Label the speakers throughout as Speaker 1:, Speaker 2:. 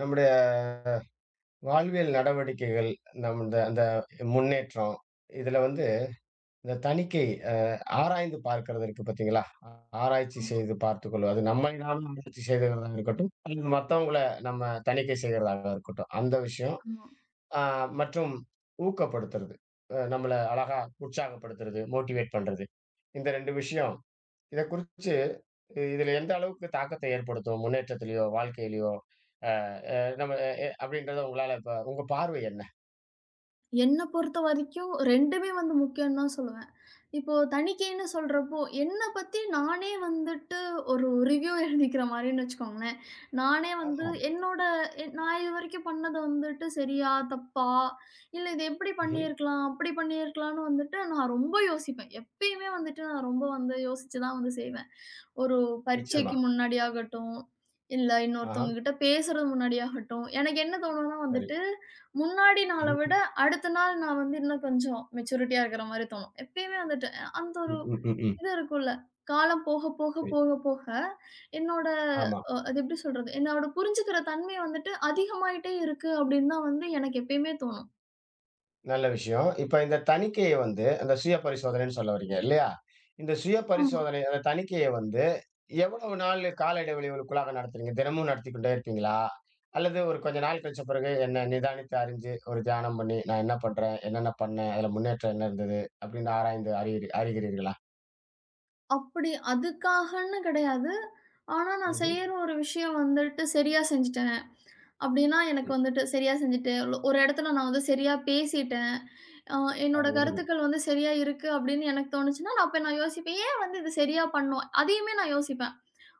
Speaker 1: நம்முடைய வாழ்வியல் நடவடிக்கைகள், நம்முடைய அந்த முன்னேற்றம், இதுல வந்து இந்த தணிக்கை அ ஆராய்ந்து பார்க்கிறது இருக்கு பார்த்தீங்களா? ஆராய்ச்சி
Speaker 2: ஆமா,
Speaker 1: செய்து பார்த்துக் கொள்வது. அது நம்மை நாமே ஆராய்ச்சி செய்கிறதா இருக்கட்டும், அல்லது மத்தவங்கள நம்ம தணிக்கை செய்கிறதாக இருக்கட்டும். அந்த விஷயம்.
Speaker 2: ஆமா.
Speaker 1: அ மற்றும் ஊக்கப்படுத்துறது. நம்மள அழகா உற்சாகப்படுத்துறது, மோட்டிவேட் பண்றது. இந்த 2 விஷயம். இத குறிச்சு, இதுல எந்த அளவுக்கு தாக்கத்தை ஏற்படுத்தும்? முன்னேற்றத்திலயோ, வாழ்க்கையிலயோ, அ அது நம்ம எ எ அப்படின்றத உங்களால இப்ப உங்க பார்வை என்ன?
Speaker 2: என்ன பொறுத்த வரைக்கும் 2மே வந்து முக்கியம்னு தான் சொல்லுவேன். இப்போ தணிக்கைன்னு சொல்றப்போ, என்ன பத்தி நானே வந்துட்டு ஒரு ரிவ்யூ எழுதிக்கிற மாரின்னு வச்சுக்கோங்களேன். நானே வந்து
Speaker 1: ஆமா.
Speaker 2: என்னோட நான் இதுவரைக்கும் பண்ணது வந்துட்டு சரியா? தப்பா? இல்ல இது எப்படி
Speaker 1: ம்ஹ்ம்.
Speaker 2: பண்ணியிருக்கலாம்? அப்படி பண்ணியிருக்கலான்னு வந்துட்டு நான் ரொம்ப யோசிப்பேன். எப்பயுமே வந்துட்டு நான் ரொம்ப வந்து யோசிச்சு தான் வந்து செய்வேன். ஒரு
Speaker 1: நிச்சயமா.
Speaker 2: பரீட்சைக்கு முன்னாடியாகட்டும், இல்ல
Speaker 1: ஆஹா,
Speaker 2: இன்னொருத்தவங்க கிட்ட பேசுறது முன்னாடியாகட்டும், எனக்கு என்ன தோணும்னா
Speaker 1: சரி.
Speaker 2: வந்துட்டு, முன்னாடி நாள விட
Speaker 1: ம்.
Speaker 2: அடுத்த நாள் நான் வந்து இன்னும் கொஞ்சம் மெச்சூரிட்டியா இருக்கிற மாரி தோணும். எப்பயுமே வந்துட்டு அந்த ஒரு
Speaker 1: ம், ம், ம், ம்.
Speaker 2: இது இருக்கும்ல. காலம் போக, போக,
Speaker 1: சரி.
Speaker 2: போக, போக என்னோட
Speaker 1: ஆமா.
Speaker 2: அது எப்படி சொல்றது? என்னோட புரிஞ்சுக்கிற தன்மை வந்துட்டு அதிகமாயிட்டே இருக்கு அப்படின்னு தான் வந்து எனக்கு எப்பயுமே தோணும்.
Speaker 1: நல்ல விஷயம். இப்ப இந்த தணிக்கைய வந்து அந்த சுய பரிசோதனைன்னு சொல்ல வர்றீங்க இல்லையா? இந்த சுய
Speaker 2: ஆமா.
Speaker 1: பரிசோதனை அந்த தணிக்கைய வந்து எவ்வளவு நாள் கால இடைவெளிகளுக்குள்ளாக நடத்துறீங்க? தினமும் நடத்திக் கொண்டே இருப்பீங்களா? அல்லது ஒரு கொஞ்ச நாள் கழிச்ச பிறகு என்ன நிதானித்து அறிஞ்சு ஒரு தியானம் பண்ணி, நான் என்ன பண்றேன்? என்னென்ன பண்ணேன்? அதுல முன்னேற்றம் என்ன இருந்தது? அப்படின்னு ஆராய்ந்து அறிகிறீர்களா?
Speaker 2: அப்படி அதுக்காகன்னு கிடையாது. ஆனா நான்
Speaker 1: ம்ஹ்ம்.
Speaker 2: செய்யற ஒரு விஷயம் வந்துட்டு சரியா செஞ்சுட்டேன். அப்படின்னா
Speaker 1: சரி.
Speaker 2: எனக்கு வந்துட்டு சரியா செஞ்சுட்டு, ஒரு இடத்துல நான் வந்து சரியா பேசிட்டேன். அ
Speaker 1: ஆ
Speaker 2: என்னோட
Speaker 1: வெரி குட்.
Speaker 2: கருத்துக்கள் வந்து சரியா இருக்கு அப்படின்னு எனக்கு தோணுச்சுன்னா, நான் அப்ப நான் யோசிப்பேன். ஏன் வந்து இது சரியா பண்ணோம்? அதையுமே நான் யோசிப்பேன்.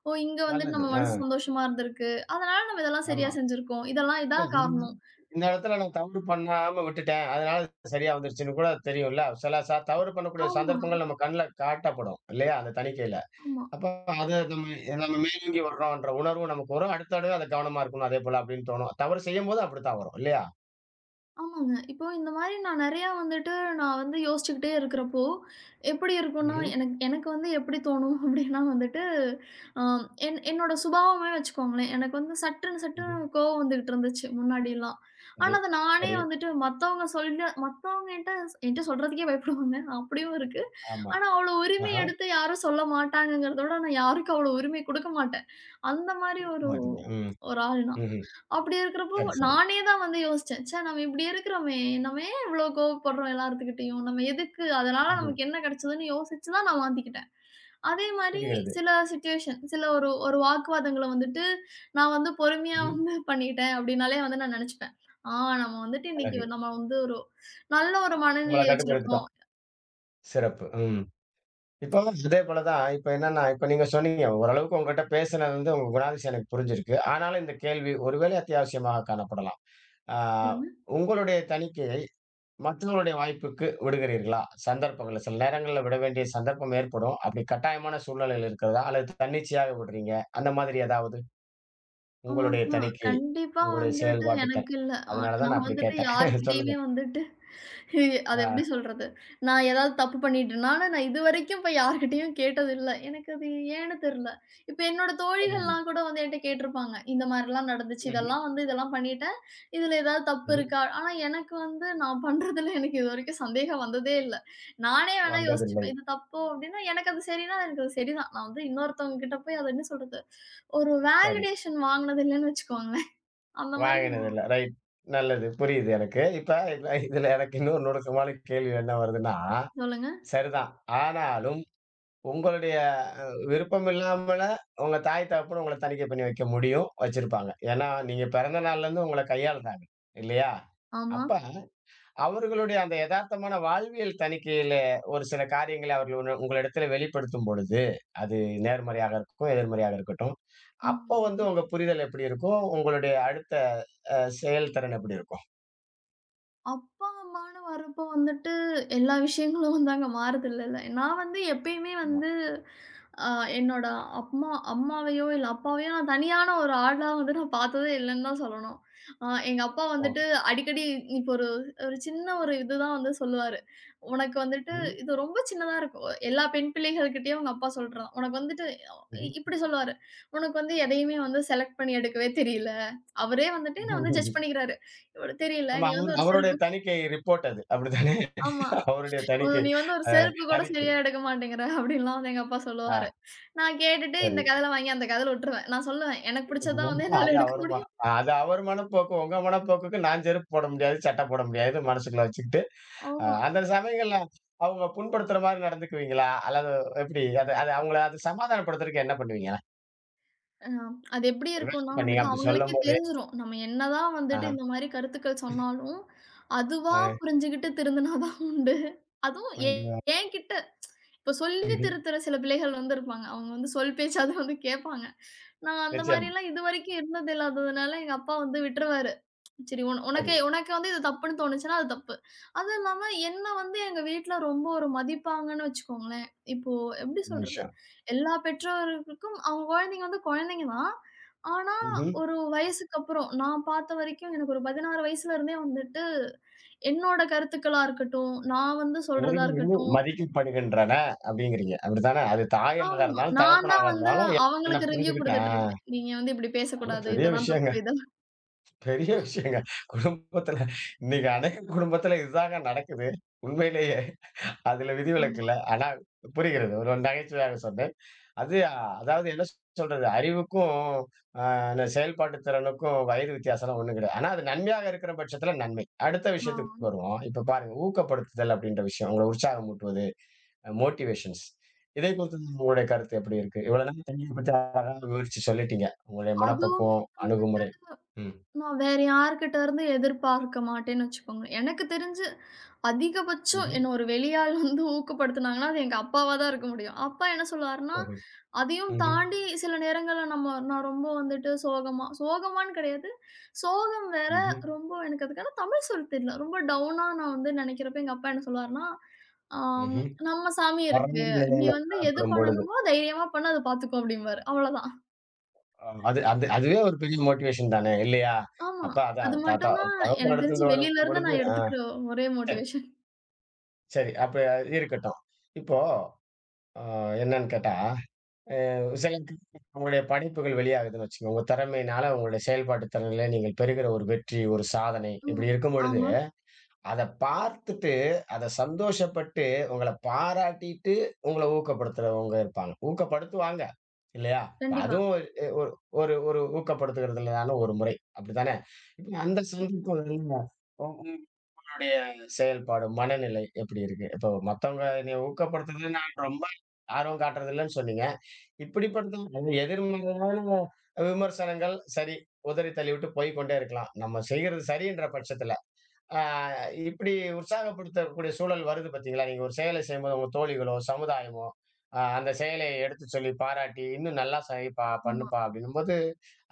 Speaker 2: ஓ! இங்க வந்துட்டு
Speaker 1: நல்லது.
Speaker 2: நம்ம மனசு
Speaker 1: ஆ.
Speaker 2: சந்தோஷமா இருந்திருக்கு. அதனால நம்ம இதெல்லாம் சரியா
Speaker 1: ஆமா.
Speaker 2: செஞ்சிருக்கோம். இதெல்லாம்
Speaker 1: இல்ல
Speaker 2: இதான்
Speaker 1: இந்த
Speaker 2: காரணம்.
Speaker 1: இந்த இடத்துல நான் தவறு பண்ணாம விட்டுட்டேன். அதனால சரியா வந்துருச்சுன்னு கூட தெரியும்ல. சில தவறு பண்ணக்கூடிய
Speaker 2: ஆமா,
Speaker 1: சந்தர்ப்பங்கள் நம்ம கண்ல காட்டப்படும். இல்லையா? அந்த தணிக்கையில.
Speaker 2: ஆமா.
Speaker 1: அப்ப அது நம்ம நம்ம மேலோங்கி வர்றோம்ன்ற உணர்வு நமக்கு வரும். அடுத்த தடவை அது கவனமா இருக்கணும். அதேபோல அப்படின்னு தோணும். தவறு செய்யும்போது அப்படித்தான் வரும். இல்லையா?
Speaker 2: ஆமாங்க. இப்போ இந்த மாரி நான் நெறையா வந்துட்டு நான் வந்து யோசிச்சுக்கிட்டே இருக்கிறப்போ, எப்படி இருக்கும்னா,
Speaker 1: ம்ஹ்ம்.
Speaker 2: எனக்கு வந்து எப்படி தோணும் அப்படின்னா வந்துட்டு, அ என்னோட சுபாவமே வச்சுக்கோங்களேன். எனக்கு வந்து சட்டுன்னு
Speaker 1: ம்ஹ்ம்.
Speaker 2: சட்டுன்னு கோவம் வந்துகிட்டு இருந்துச்சு முன்னாடிலாம். ஆனா,
Speaker 1: சரி,
Speaker 2: அத நானே
Speaker 1: சரி.
Speaker 2: வந்துட்டு மத்தவங்க சொல்ல மத்தவங்ககிட்ட என்ட்ட சொல்றதுக்கே பயப்படுவாங்க. அப்படியும் இருக்கு.
Speaker 1: ஆமா.
Speaker 2: ஆனா, அவ்வளோ உரிமை
Speaker 1: ஆஹா.
Speaker 2: எடுத்து யாரும் சொல்ல மாட்டாங்கங்கிறத விட, நான் யாருக்கும் அவ்வளோ உரிமை குடுக்க மாட்டேன். அந்த மாரி ஒரு
Speaker 1: மாட்டீங்க. ம்.
Speaker 2: ஒரு ஆள் நான்.
Speaker 1: ம்ஹ்ம்.
Speaker 2: அப்படி இருக்கிறப்போ,
Speaker 1: சரி, சரி.
Speaker 2: நானே தான் வந்து யோசிச்சேன். ச்சே! நம்ம இப்படி இருக்கிறோமே! நம்ம ஏன் இவ்ளோ கோவப்படுறோம் எல்லாத்துக்கிட்டயும்? நம்ம எதுக்கு? அதனால
Speaker 1: ம்ஹ்ம்.
Speaker 2: நமக்கு என்ன கிடைச்சதுன்னு யோசிச்சு தான் நான் மாத்திக்கிட்டேன். அதே மாரி
Speaker 1: புரிகிறது.
Speaker 2: சில சிச்சுவேஷன், சில ஒரு ஒரு வாக்குவாதங்கள வந்துட்டு, நான் வந்து பொறுமையா
Speaker 1: ம்ஹ்ம்.
Speaker 2: வந்து பண்ணிட்டேன் அப்படின்னாலே வந்து நான் நெனச்சுப்பேன். ஆ நம்ம வந்துட்டு இன்னைக்கு
Speaker 1: அழகு.
Speaker 2: நம்ம வந்து ஒரு நல்ல ஒரு
Speaker 1: நம்மள
Speaker 2: மனநிலை வச்சிருக்கோம்.
Speaker 1: கட்டுப்படுத்திட்டோம். சிறப்பு. ம். இப்போ இதே போல தான். இப்ப என்னன்னா, இப்ப நீங்க சொன்னீங்க, ஓரளவுக்கு உங்ககிட்ட பேசினது வந்து உங்க குணாதிசயம் எனக்கு புரிஞ்சிருக்கு. ஆனாலும் இந்த கேள்வி ஒருவேளை அத்தியாவசியமாக காணப்படலாம். ஆ
Speaker 2: சொல்லுங்க.
Speaker 1: உங்களுடைய தணிக்கையை மற்றவர்களுடைய வாய்ப்புக்கு விடுகிறீர்களா? சந்தர்ப்பங்கள்ல சில நேரங்கள்ல விட வேண்டிய சந்தர்ப்பம் ஏற்படும். அப்படி கட்டாயமான சூழ்நிலையில் இருக்கிறதா? அல்லது தன்னிச்சையாக விடுறீங்க? அந்த மாதிரி ஏதாவது உங்களுடைய
Speaker 2: ஆமா.
Speaker 1: தணிக்கையை,
Speaker 2: கண்டிப்பா
Speaker 1: உங்களுடைய
Speaker 2: வந்துட்டு
Speaker 1: செயல்பாட்டு
Speaker 2: எனக்கு இல்ல.
Speaker 1: அதனால தான்
Speaker 2: நான்
Speaker 1: நான் அப்படி
Speaker 2: வந்துட்டு
Speaker 1: கேட்டேன். சொல்லுங்க.
Speaker 2: யார்கிட்டயுமே வந்துட்டு அது எப்படி
Speaker 1: ஆ.
Speaker 2: சொல்றது? நான் ஏதாவது தப்பு பண்ணிட்டேன்னா, ஆனா நான் இதுவரைக்கும் போய் யார்கிட்டயும் கேட்டதில்ல. எனக்கு அது ஏன்னு தெரியல. இப்ப என்னோட
Speaker 1: ம்.
Speaker 2: தோழிகள்லாம் கூட வந்து என்ட்ட கேட்டிருப்பாங்க. இந்த மாரிலாம் நடந்துச்சு.
Speaker 1: ம்ஹ்ம்.
Speaker 2: இதெல்லாம் வந்து இதெல்லாம் பண்ணிட்டேன். இதுல ஏதாவது தப்பு
Speaker 1: ம்ஹ்ம்.
Speaker 2: இருக்கா? ஆனா எனக்கு வந்து நான் பண்றதுல எனக்கு இதுவரைக்கும் சந்தேகம் வந்ததே இல்ல. நானே வேணா
Speaker 1: வந்ததில்லை.
Speaker 2: யோசிச்சுப்பேன். இது தப்பு அப்டின்னா, எனக்கு அது சரின்னா, எனக்கு அது சரிதான். நான் வந்து இன்னொருத்தவங்க கிட்ட போய் அத என்ன சொல்றது? ஒரு
Speaker 1: சரி.
Speaker 2: வேலிடேஷன் வாங்குனது இல்லன்னு வச்சுக்கோங்களேன். அந்த மாரி
Speaker 1: வாங்கினதில்ல. ரைட். நல்லது. புரியுது எனக்கு. இப்ப இப்ப இதுல எனக்கு இன்னொரு நுணுக்கமான கேள்வி என்ன வருதுன்னா,
Speaker 2: சொல்லுங்க.
Speaker 1: சரிதான். ஆனாலும் உங்களுடைய அ விருப்பம் இல்லாமல உங்க தாய், தகப்பன் உங்கள தணிக்கை பண்ணி வைக்க முடியும், வச்சிருப்பாங்க. ஏன்னா, நீங்க பிறந்த நாள்லருந்து உங்கள கையாளுறாங்க. இல்லையா?
Speaker 2: ஆமா.
Speaker 1: அப்ப அவர்களுடைய அந்த எதார்த்தமான வாழ்வியல் தணிக்கையில ஒரு சில காரியங்களை அவர்கள் உங்களிடத்தில வெளிப்படுத்தும் பொழுது, அது நேர்மறையாக இருக்கும், எதிர்மறையாக இருக்கட்டும்.
Speaker 2: ம்.
Speaker 1: அப்ப வந்து
Speaker 2: ம்.
Speaker 1: உங்க புரிதல் எப்படி இருக்கும்? உங்களுடைய அடுத்த செயல்திறன் எப்படி இருக்கும்?
Speaker 2: அப்பா, அம்மான்னு வரப்போ வந்துட்டு எல்லா விஷயங்களும் வந்து அங்க மாறுதில்லல்ல. நான் வந்து எப்பயுமே
Speaker 1: ஆமா.
Speaker 2: வந்து அ என்னோட அம்மாவையோ, இல்ல அப்பாவையோ நான் தனியான ஒரு ஆளா வந்து நான் பார்த்ததே இல்லன்னு தான் சொல்லணும். எங்க அப்பா
Speaker 1: ஓ!
Speaker 2: வந்துட்டு அடிக்கடி இப்போ ஒரு ஒரு சின்ன ஒரு இதுதான் வந்து சொல்லுவாரு. உனக்கு வந்துட்டு
Speaker 1: ம்.
Speaker 2: இது ரொம்ப சின்னதா இருக்கும். எல்லா பெண் பிள்ளைகள்கிட்டயும் அவங்க அப்பா சொல்றதான். உனக்கு வந்துட்டு
Speaker 1: ம்ஹ்ம்.
Speaker 2: இப்படி சொல்லுவாரு. "உனக்கு வந்து எதையுமே வந்து செலக்ட் பண்ணி எடுக்கவே தெரியல. அவரே வந்துட்டு என்ன வந்து ஜட்ஜ் பண்ணிக்கிறாரு. இவளுக்கு "தெரியல.
Speaker 1: ஆமா.
Speaker 2: நீ வந்து ஒரு சிறு
Speaker 1: அவருடைய தணிக்கை ரிப்போர்ட் அது. அப்படித்தானே?
Speaker 2: ஆமா.
Speaker 1: அவருடைய
Speaker 2: "உன்
Speaker 1: தணிக்கை
Speaker 2: நீ வந்து ஒரு
Speaker 1: அ
Speaker 2: செருப்பு கூட
Speaker 1: அறிக்கை.
Speaker 2: சரியா எடுக்க மாட்டேங்கிற" அப்படின்லாம் வந்து எங்க அப்பா
Speaker 1: ஆ
Speaker 2: சொல்லுவாரு. நான் கேட்டுட்டு
Speaker 1: சரி.
Speaker 2: இந்த கதையில வாங்கி அந்த கதையில விட்டுருவேன். நான் சொல்லுவேன், "எனக்கு பிடிச்சது தான் வந்து என்னால
Speaker 1: அது
Speaker 2: எடுக்க
Speaker 1: அவரு மன
Speaker 2: முடியும்."
Speaker 1: அது அவரு மனப்போக்கு. உங்க மனப்போக்குக்கு நான் செருப்பு போட முடியாது, சட்டை போட முடியாது மனசுக்குள்ள வச்சுக்கிட்டு,
Speaker 2: ஆமா.
Speaker 1: அந்த சமயங்கள்ல அவங்க புண்படுத்துற மாரி நடந்துக்குவீங்களா? அல்லது எப்படி? அது அது அவங்கள அது சமாதானப்படுத்துறதுக்கு என்ன பண்ணுவீங்க?
Speaker 2: அ அது எப்படி
Speaker 1: ஒரு வேளை
Speaker 2: இருக்கும்னா
Speaker 1: இப்ப நீங்க
Speaker 2: வந்துட்டு,
Speaker 1: அப்படி
Speaker 2: அவங்களுக்கே
Speaker 1: சொல்லும்போது
Speaker 2: தெரிஞ்சிரும். நம்ம என்னதான் வந்துட்டு
Speaker 1: ஆஹா.
Speaker 2: இந்த மாரி கருத்துக்கள் சொன்னாலும், அதுவா
Speaker 1: அ
Speaker 2: புரிஞ்சுகிட்டு திருந்துனா தான் உண்டு. அதுவும் என்கிட்ட இப்ப சொல்லி திருத்துற சில பிள்ளைகள் வந்து இருப்பாங்க. அவங்க வந்து சொல் பேச்சாவது வந்து கேட்பாங்க. நான் அந்த
Speaker 1: நிச்சயம்.
Speaker 2: மாரிலாம் இதுவரைக்கும் இருந்தது இல்லாததுனால, எங்க அப்பா வந்து விட்டுருவாரு. சரி
Speaker 1: சரி.
Speaker 2: உனக்கு உனக்கு வந்து இது தப்புன்னு தோணுச்சுன்னா, அது தப்பு. அதுவும் இல்லாம என்ன வந்து எங்க வீட்ல ரொம்ப ஒரு மதிப்பாங்கன்னு வச்சுக்கோங்களேன். இப்போ எப்படி
Speaker 1: நல்ல
Speaker 2: சொல்றது?
Speaker 1: விஷயம்.
Speaker 2: எல்லா பெற்றோர்களுக்கும் அவங்க குழந்தைங்க வந்து குழந்தைங்க தான். ஆனா,
Speaker 1: ம்ஹ்ம்.
Speaker 2: ஒரு வயசுக்கு அப்புறம் நான் பார்த்த வரைக்கும் எனக்கு ஒரு 16 வயசுல இருந்தே வந்துட்டு, என்னோட கருத்துக்களா இருக்கட்டும், நான் வந்து சொல்றதா
Speaker 1: உறவினர்கள்
Speaker 2: இருக்கட்டும்
Speaker 1: மதிக்கப்படுகின்றன அப்படிங்கிறீங்க. அப்படித்தானே? அது தாயாக
Speaker 2: ஆமா.
Speaker 1: இருந்தாலும்,
Speaker 2: நான் தான்
Speaker 1: தகப்பனாக
Speaker 2: வந்து
Speaker 1: இருந்தாலும் என்ன
Speaker 2: அவங்களுக்கு ரிவ்யூ குடுத்துட்டு
Speaker 1: புரிஞ்சுக்கிட்டேன்.
Speaker 2: இருக்கேன். நீங்க வந்து இப்படி
Speaker 1: ஆ நல்ல
Speaker 2: பேசக்கூடாது.
Speaker 1: பெரிய
Speaker 2: இதெல்லாம்
Speaker 1: விஷயங்க.
Speaker 2: தப்பு. இதெல்லாம்
Speaker 1: பெரிய விஷயங்க. குடும்பத்துல இன்னைக்கு அநேக குடும்பத்துல இதுதாங்க நடக்குது. உண்மையிலேயே. அதுல விதிவிலக்கு
Speaker 2: ஆமா,
Speaker 1: இல்ல. ஆனா புரிகிறது. ஒரு ஒரு நகைச்சுவையாக சொன்னேன். அது அதாவது என்ன சொல்றது, அறிவுக்கும் அ அந்த செயல்பாட்டு திறனுக்கும் வயது வித்தியாசம்லாம் ஒண்ணும் கிடையாது. ஆனா அது நன்மையாக இருக்கிற பட்சத்துல நன்மை. அடுத்த
Speaker 2: ஆமா.
Speaker 1: விஷயத்துக்கு வருவோம். இப்ப பாருங்க ஊக்கப்படுத்துதல் அப்படின்ற விஷயம். உங்கள உற்சாகமூட்டுவது. மோட்டிவேஷன்ஸ். இதை பொறுத்து உங்களுடைய கருத்து எப்படி இருக்கு? இவ்வளவு நேரம் தண்ணிய பத்தி அழகா விவரிச்சு சொல்லிட்டீங்க. உங்களுடைய
Speaker 2: அதுவுமே
Speaker 1: மனப்பக்குவம்,
Speaker 2: வந்துட்டு
Speaker 1: அணுகுமுறை. ம்.
Speaker 2: நான் வேற யார்கிட்ட இருந்தும் எதிர்பார்க்க மாட்டேன்னு வச்சுக்கோங்க. எனக்கு தெரிஞ்சு அதிகபட்சம்
Speaker 1: ம்ஹ்ம்.
Speaker 2: என்ன ஒரு வெளியாள் வந்து ஊக்கப்படுத்துனாங்கன்னா, அது எங்க அப்பாவா தான் இருக்க முடியும். அப்பா என்ன சொல்லுவாருன்னா,
Speaker 1: ம்ஹ்ம்.
Speaker 2: அதையும்
Speaker 1: ம்ஹ்ம்.
Speaker 2: தாண்டி சில நேரங்கள்ல நம்ம நான் ரொம்ப வந்துட்டு சோகமா சோகமான்னு கிடையாது. சோகம் வேற
Speaker 1: ம்ஹ்ம்.
Speaker 2: ரொம்ப எனக்கு அதுக்கான தமிழ் சொல் தெரியல. ரொம்ப டவுனா நான் வந்து நெனைக்கிறப்ப எங்க அப்பா என்ன சொல்லுவாருன்னா, ஆம்
Speaker 1: ம்ஹ்ம்.
Speaker 2: "நம்ம சாமி இருக்கு.
Speaker 1: வறண்ட
Speaker 2: நீ
Speaker 1: நிலையில
Speaker 2: வந்து எது
Speaker 1: காணப்படும் பொழுது.
Speaker 2: பண்ணணுமோ தைரியமா பண்ணு. அது பார்த்துக்கும்" அப்டிம்பாரு. அவ்வளோதான்.
Speaker 1: அது அது அதுவே ஒரு பெரிய மோட்டிவேஷன் தானே! இல்லையா?
Speaker 2: ஆமா.
Speaker 1: அப்ப
Speaker 2: அது
Speaker 1: அதான் தாத்தா
Speaker 2: மட்டும் தான் எனக்கு தெரிஞ்சு
Speaker 1: தகப்பனிடத்திலிருந்து
Speaker 2: வெளியிலருந்து
Speaker 1: வரும்பொழுது
Speaker 2: நான்
Speaker 1: ஆ
Speaker 2: எடுத்துக்கிற ஒரே
Speaker 1: சரி,
Speaker 2: மோட்டிவேஷன்.
Speaker 1: சரி. அப்ப இருக்கட்டும். இப்போ அ என்னன்னு கேட்டா அ சில நேரத்துல உங்களுடைய படைப்புகள் வெளியாகுதுன்னு வச்சுக்கோங்க. உங்க திறமையினால உங்களுடைய செயல்பாட்டு திறனில நீங்கள் பெறுகிற ஒரு வெற்றி, ஒரு சாதனை இப்படி
Speaker 2: ம்.
Speaker 1: இருக்கும் பொழுது,
Speaker 2: ஆமா.
Speaker 1: அத பார்த்துட்டு, அத சந்தோஷப்பட்டு, உங்கள பாராட்டிட்டு, உங்கள ஊக்கப்படுத்துறவங்க இருப்பாங்க. ஊக்கப்படுத்துவாங்க. இல்லையா? இப்ப
Speaker 2: கண்டிப்பா.
Speaker 1: அதுவும் எ ஒரு ஒரு ஒரு ஊக்கப்படுத்துகிறதுலதான ஒரு முறை. அப்படித்தானே? இப்ப அந்த சந்தர்ப்பம் உங்களுடைய செயல்பாடு, மனநிலை எப்படி இருக்கு? இப்போ மத்தவங்க என்னைய ஊக்கப்படுத்துறதுல நான் ரொம்ப ஆர்வம் காட்டுறது இல்லன்னு சொன்னீங்க. இப்படிப்பட்ட அது எதிர்மறையான விமர்சனங்கள் சரி, உதறி தள்ளிவிட்டு போய்க் கொண்டே இருக்கலாம். நம்ம செய்யறது சரின்ற பட்சத்துல. ஆ இப்படி உற்சாகப்படுத்தக்கூடிய சூழல் வருது பார்த்தீங்களா? நீங்க ஒரு செயலை செய்யும்போது உங்க தோழிகளோ, சமுதாயமோ, அந்த செயலை எடுத்துச் சொல்லி பாராட்டி, "இன்னும் நல்லா செய்ப்பா,
Speaker 2: ம்.
Speaker 1: பண்ணுப்பா" அப்படின்னும்போது,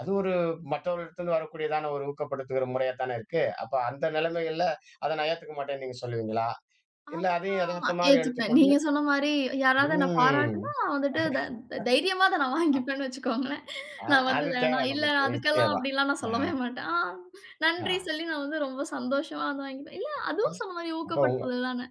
Speaker 1: அது ஒரு மற்றவர்களிடத்திலிருந்து வரக்கூடியதான ஒரு ஊக்கப்படுத்துகிற முறையா தானே இருக்கு. அப்ப அந்த நிலைமைகள்ல அத நான் ஏத்துக்க மாட்டேன்னு நீங்க சொல்லுவீங்களா? இல்ல
Speaker 2: அதான்
Speaker 1: அதையும்
Speaker 2: நான்
Speaker 1: எதார்த்தமா
Speaker 2: ஏத்துப்பேன்.
Speaker 1: எடுத்துக்கொண்டு
Speaker 2: நீங்க சொன்ன மாரி யாராவது என்ன பாராட்டுனா,
Speaker 1: ம்.
Speaker 2: வந்துட்டு த தைரியமா அத நான் வாங்கிப்பேன்னு வச்சுக்கோங்களேன்.
Speaker 1: அ
Speaker 2: நான் வந்து
Speaker 1: அது தேவை
Speaker 2: வேணாம், இல்ல
Speaker 1: நமக்கு.
Speaker 2: அதுக்கெல்லாம்
Speaker 1: நிச்சயமா.
Speaker 2: அப்படிலாம் நான்
Speaker 1: அ,
Speaker 2: சொல்லவே மாட்டேன். ஆ நன்றி
Speaker 1: அ.
Speaker 2: சொல்லி நான் வந்து ரொம்ப சந்தோஷமா வந்து வாங்கிப்பேன். இல்ல அதுவும் சொன்ன மாரி
Speaker 1: அப்ப உங்க
Speaker 2: ஊக்கப்படுத்துதல் தானே.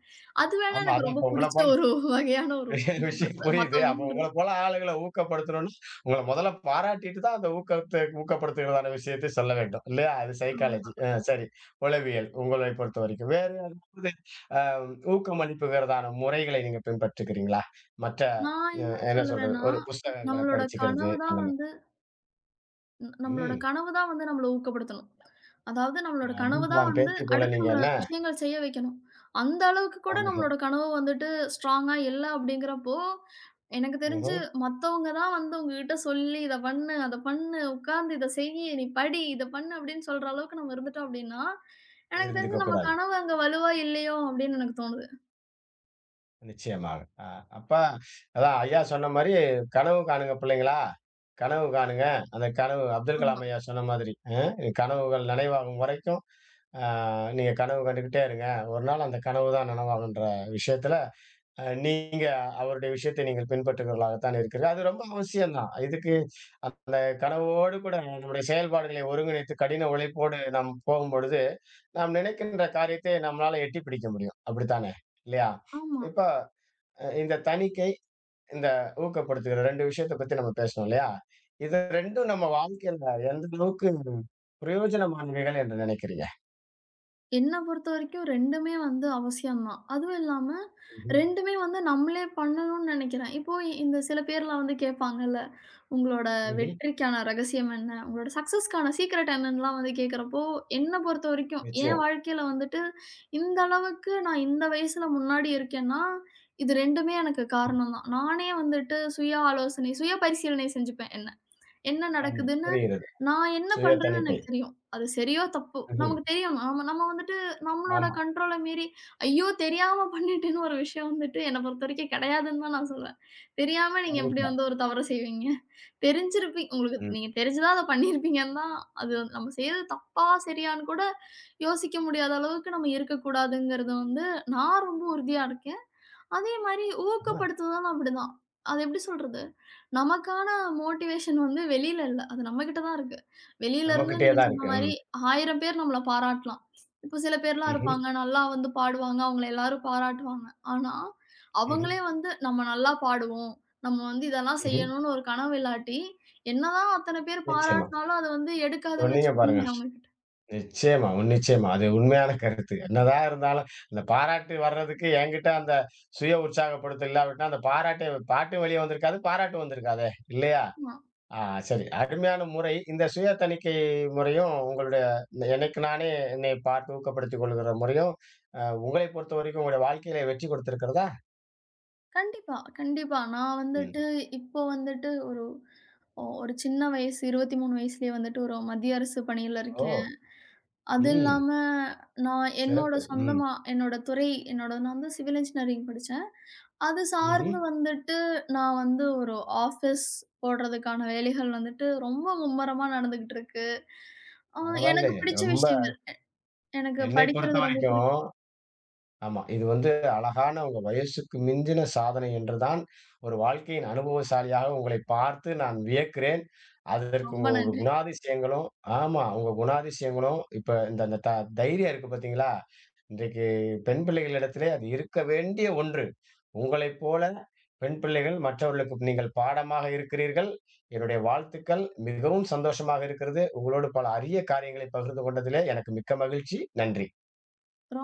Speaker 2: அது வேணா
Speaker 1: ஆமா.
Speaker 2: எனக்கு
Speaker 1: அதான்
Speaker 2: ரொம்ப
Speaker 1: இப்ப உங்கள
Speaker 2: புடிச்ச
Speaker 1: போல
Speaker 2: ஒரு வகையான ஒரு
Speaker 1: விஷயம்
Speaker 2: ஊக்கப்படுத்துதல்.
Speaker 1: புரியுது.
Speaker 2: மத்தவங்க
Speaker 1: அப்போ உங்கள
Speaker 2: பண்றது.
Speaker 1: போல ஆளுகள ஊக்கப்படுத்தணும்னா, உங்கள முதல்ல பாராட்டிட்டு தான் அந்த ஊக்கத்த ஊக்கப்படுத்துகிறதான விஷயத்த சொல்ல வேண்டும். இல்லையா? அது
Speaker 2: ஆமா.
Speaker 1: சைக்காலஜி. அ சரி. உளவியல் உங்களை பொறுத்தவரைக்கும். வேற ஏதாவது அ ஊக்கமளிப்புகிறதான முறைகளை நீங்க பின்பற்றுகிறீங்களா? மற்ற
Speaker 2: நான் என்ன
Speaker 1: என்ன சொல்றது?
Speaker 2: சொல்லுவேன்னா,
Speaker 1: ஒரு புஸ்தகங்கள
Speaker 2: நம்மளோட
Speaker 1: படிச்சுக்கிறது
Speaker 2: கனவு
Speaker 1: அந்த
Speaker 2: தான்
Speaker 1: மாரி.
Speaker 2: வந்து ம். நம்மளோட
Speaker 1: ம்.
Speaker 2: கனவு தான் வந்து நம்மள ஊக்கப்படுத்தணும். அதாவது நம்மளோட கனவு
Speaker 1: அப்துல்
Speaker 2: தான்
Speaker 1: கலாம்
Speaker 2: வந்து
Speaker 1: பேத்தி போல
Speaker 2: அடுத்து
Speaker 1: நீங்க
Speaker 2: நம்மள
Speaker 1: என்ன?
Speaker 2: விஷயங்கள் செய்ய வைக்கணும். அந்த அளவுக்கு கூட
Speaker 1: ஆமா.
Speaker 2: நம்மளோட கனவு வந்துட்டு ஸ்ட்ராங்கா இல்ல அப்படிங்கிறப்போ, எனக்கு தெரிஞ்சு
Speaker 1: ம்ஹ்ம்.
Speaker 2: மத்தவங்க தான் வந்து உங்ககிட்ட சொல்லி "இத பண்ணு, அத பண்ணு, உட்கார்ந்து இத செய்யி, நீ படி, இத பண்ணு" அப்படின்னு சொல்ற அளவுக்கு நம்ம இருந்துட்டோம் அப்படின்னா, எனக்கு
Speaker 1: இருந்துக்க
Speaker 2: தெரிஞ்சு நம்ம
Speaker 1: கூடாது.
Speaker 2: கனவு அங்க வலுவா இல்லையோ அப்படின்னு எனக்கு தோணுது.
Speaker 1: நிச்சயமாக. அ அப்ப அதான் ஐயா சொன்ன மாரி, கனவு காணுங்க பிள்ளைங்களா, கனவு காணுங்க. அந்த கனவு அப்துல்
Speaker 2: ஆமா.
Speaker 1: கலாம் ஐயா சொன்ன மாதிரி, கனவுகள் நனவாகும் வரைக்கும், அ நீங்க கனவு கண்டுகிட்டே இருங்க. ஒரு நாள் அந்த கனவு தான் நனவாகுன்ற விஷயத்துல, நீங்க அவருடைய விஷயத்தை நீங்கள் பின்பற்றுகிறவர்களாகத்தான் இருக்கிறீர்கள். அது ரொம்ப அவசியம் தான். இதுக்கு அந்த கனவோடு கூட நம்முடைய செயல்பாடுகளை ஒருங்கிணைத்து கடின உழைப்போடு நாம் போகும்பொழுது, நாம் நினைக்கின்ற காரியத்தை நம்மளால எட்டிப் பிடிக்க முடியும். அப்படித்தானே? இல்லையா?
Speaker 2: ஆமா.
Speaker 1: இப்ப இந்த தணிக்கை, இந்த ஊக்கப்படுத்துகிற 2 விஷயத்த பத்தி நம்ம பேசனோம் இல்லையா? இது 2ம் நம்ம வாழ்க்கையில எந்த அளவுக்கு பிரயோஜனமானவைகள் என்று நினைக்கிறீங்க?
Speaker 2: என்ன பொறுத்த வரைக்கும் 2மே வந்து அவசியம் தான். அதுவும் இல்லாம
Speaker 1: ம்ஹ்ம்.
Speaker 2: 2மே வந்து நம்மளே பண்ணணும்னு நினைக்கிறேன். இப்போ இந்த சில பேர்லாம் வந்து கேட்பாங்கல்ல, "உங்களோட
Speaker 1: ம்ஹ்ம்.
Speaker 2: வெற்றிக்கான ரகசியம் என்ன? உங்களோட சக்சஸ்க்கான சீக்ரெட் என்னன்னுலாம்" வந்து கேட்கிறப்போ, என்ன பொறுத்த வரைக்கும் என்
Speaker 1: நிச்சயம்.
Speaker 2: வாழ்க்கையில வந்துட்டு, இந்த அளவுக்கு நான் இந்த வயசுல முன்னாடி இருக்கேன்னா, இது 2மே எனக்கு காரணம் தான். நானே வந்துட்டு சுய ஆலோசனை, சுய பரிசீலனை செஞ்சுப்பேன் என்ன. என்ன
Speaker 1: ஆமா.
Speaker 2: நடக்குதுன்னு,
Speaker 1: புரிகிறது.
Speaker 2: நான் என்ன
Speaker 1: சுய
Speaker 2: பண்றேன்னு
Speaker 1: தணிக்கை.
Speaker 2: எனக்குத் தெரியும். அது சரியோ! தப்போ!
Speaker 1: ம்ஹ்ம்.
Speaker 2: நமக்குத் தெரியும். நாம நம்ம வந்துட்டு நம்மளோட
Speaker 1: ஆமா.
Speaker 2: கண்ட்ரோல மீறி, ஐயோ! தெரியாம பண்ணிட்டேன்னு ஒரு விஷயம் வந்துட்டு என்ன பொறுத்தவரைக்கும் கிடையாதுன்னு தான் நான் சொல்லுவேன். தெரியாம நீங்க எப்படி
Speaker 1: கண்டிப்பா.
Speaker 2: வந்து ஒரு தவறு செய்வீங்க? தெரிஞ்சிருப்பீங்க உங்களுக்கு
Speaker 1: ம்.
Speaker 2: நீங்கத் தெரிஞ்சு தான் அத பண்ணியிருப்பீங்கன்னு தான் அது வந்து நம்ம செய்யறது தப்பா, சரியான்னு கூட யோசிக்க முடியாத அளவுக்கு நம்ம இருக்கக்கூடாதுங்கிறது வந்து நான் ரொம்ப உறுதியா இருக்கேன். அதே மாரி
Speaker 1: ஆமா.
Speaker 2: ஊக்கப்படுத்துதலும் அப்படிதான். அது எப்படி சொல்றது? நமக்கான மோட்டிவேஷன் வந்து வெளியில இல்ல. அது நம்மகிட்ட தான் இருக்கு. வெளியில இருந்து
Speaker 1: நம்மகிட்டயே
Speaker 2: நீங்க
Speaker 1: தான்
Speaker 2: சொன்ன
Speaker 1: இருக்கு. ம்.
Speaker 2: மாரி 1000 பேர் நம்மள பாராட்டலாம். இப்போ சில பேர்லாம்
Speaker 1: ம்ஹ்ம்.
Speaker 2: இருப்பாங்க, நல்லா வந்து பாடுவாங்க. அவங்கள எல்லாரும் பாராட்டுவாங்க. ஆனா,
Speaker 1: ம்ஹ்ம்.
Speaker 2: அவங்களே வந்து நம்ம நல்லா பாடுவோம். நம்ம வந்து இதெல்லாம்
Speaker 1: ம்ஹ்ம்.
Speaker 2: செய்யணும்னு ஒரு கனவு இல்லாட்டி, என்னதான் அத்தன பேர்
Speaker 1: நிச்சயமா.
Speaker 2: பாராட்டுனாலும் அத வந்து எடுக்காதுன்னு
Speaker 1: சொன்னீங்க பாருங்க.
Speaker 2: வச்சுக்கோங்களேன் அவங்ககிட்ட.
Speaker 1: நிச்சயமா, நிச்சயமா. அது உண்மையான கருத்து. என்னதான் இருந்தாலும், இந்த பாராட்டு வர்றதுக்கு என்கிட்ட அந்த சுய உற்சாகப்படுத்தல் இல்லாவிட்டா, அந்த பாட்டும் வெளிய வந்திருக்காது, பாராட்டும் வந்திருக்காதே! இல்லையா?
Speaker 2: ஆமா.
Speaker 1: ஆ சரி. அருமையான முறை. இந்த சுய தணிக்கை முறையும், உங்களுடைய இந்த எனக்கு நானே என்னை பார்த்து ஊக்கப்படுத்திக் கொள்கிற முறையும், உங்களை பொறுத்தவரைக்கும் உங்களுடைய வாழ்க்கையில வெற்றி கொடுத்திருக்கிறதா?
Speaker 2: கண்டிப்பா, கண்டிப்பா. நான்
Speaker 1: ம்.
Speaker 2: வந்துட்டு இப்போ வந்துட்டு ஒரு ஒரு சின்ன வயசு 23 வயசுலயே வந்துட்டு ஒரு மத்திய அரசு பணியில இருக்கேன்.
Speaker 1: ஓ!
Speaker 2: அது
Speaker 1: ம்.
Speaker 2: இல்லாம, நான் என்னோட
Speaker 1: சிறப்பு. ம்.
Speaker 2: சொந்தமா என்னோட துறை என்னோட நான் வந்து சிவில் இன்ஜினியரிங் படிச்சேன். அது
Speaker 1: ம்ஹ்ம்.
Speaker 2: சார்ந்து வந்துட்டு, நான் வந்து ஒரு ஆஃபீஸ் போடுறதுக்கான வேலைகள் வந்துட்டு ரொம்ப மும்முரமா நடந்துகிட்டு இருக்கு. ஆ எனக்கு
Speaker 1: பரவாயில்லையே!
Speaker 2: பிடிச்ச
Speaker 1: ரொம்ப
Speaker 2: விஷயங்கள். எனக்கு
Speaker 1: என்னை
Speaker 2: படிக்கிறது ரொம்ப பிடிக்கும்.
Speaker 1: பொறுத்தவரைக்கும் ஆமா. இது வந்து அழகான உங்க வயசுக்கு மிஞ்சின சாதனை என்றுதான் ஒரு வாழ்க்கையின் அனுபவசாலியாக உங்களை பார்த்து நான் வியக்கிறேன். அதற்கு
Speaker 2: ரொம்ப
Speaker 1: உங்களோட
Speaker 2: நன்றி.
Speaker 1: குணாதிசயங்களும் ஆமா. உங்க குணாதிசயங்களும் இப்ப இந்த இந்த த தைரியம் இருக்கு பார்த்தீங்களா? இன்றைக்கு பெண் பிள்ளைகளிடத்திலே அது இருக்க வேண்டிய ஒன்று. உங்களைப் போல பெண் பிள்ளைகள் மற்றவர்களுக்கு நீங்கள் பாடமாக இருக்கிறீர்கள். என்னுடைய வாழ்த்துக்கள். மிகவும் சந்தோஷமாக இருக்கிறது. உங்களோடு பல அரிய காரியங்களை பகிர்ந்து கொண்டதிலே எனக்கு மிக்க மகிழ்ச்சி. நன்றி.
Speaker 2: ரொம்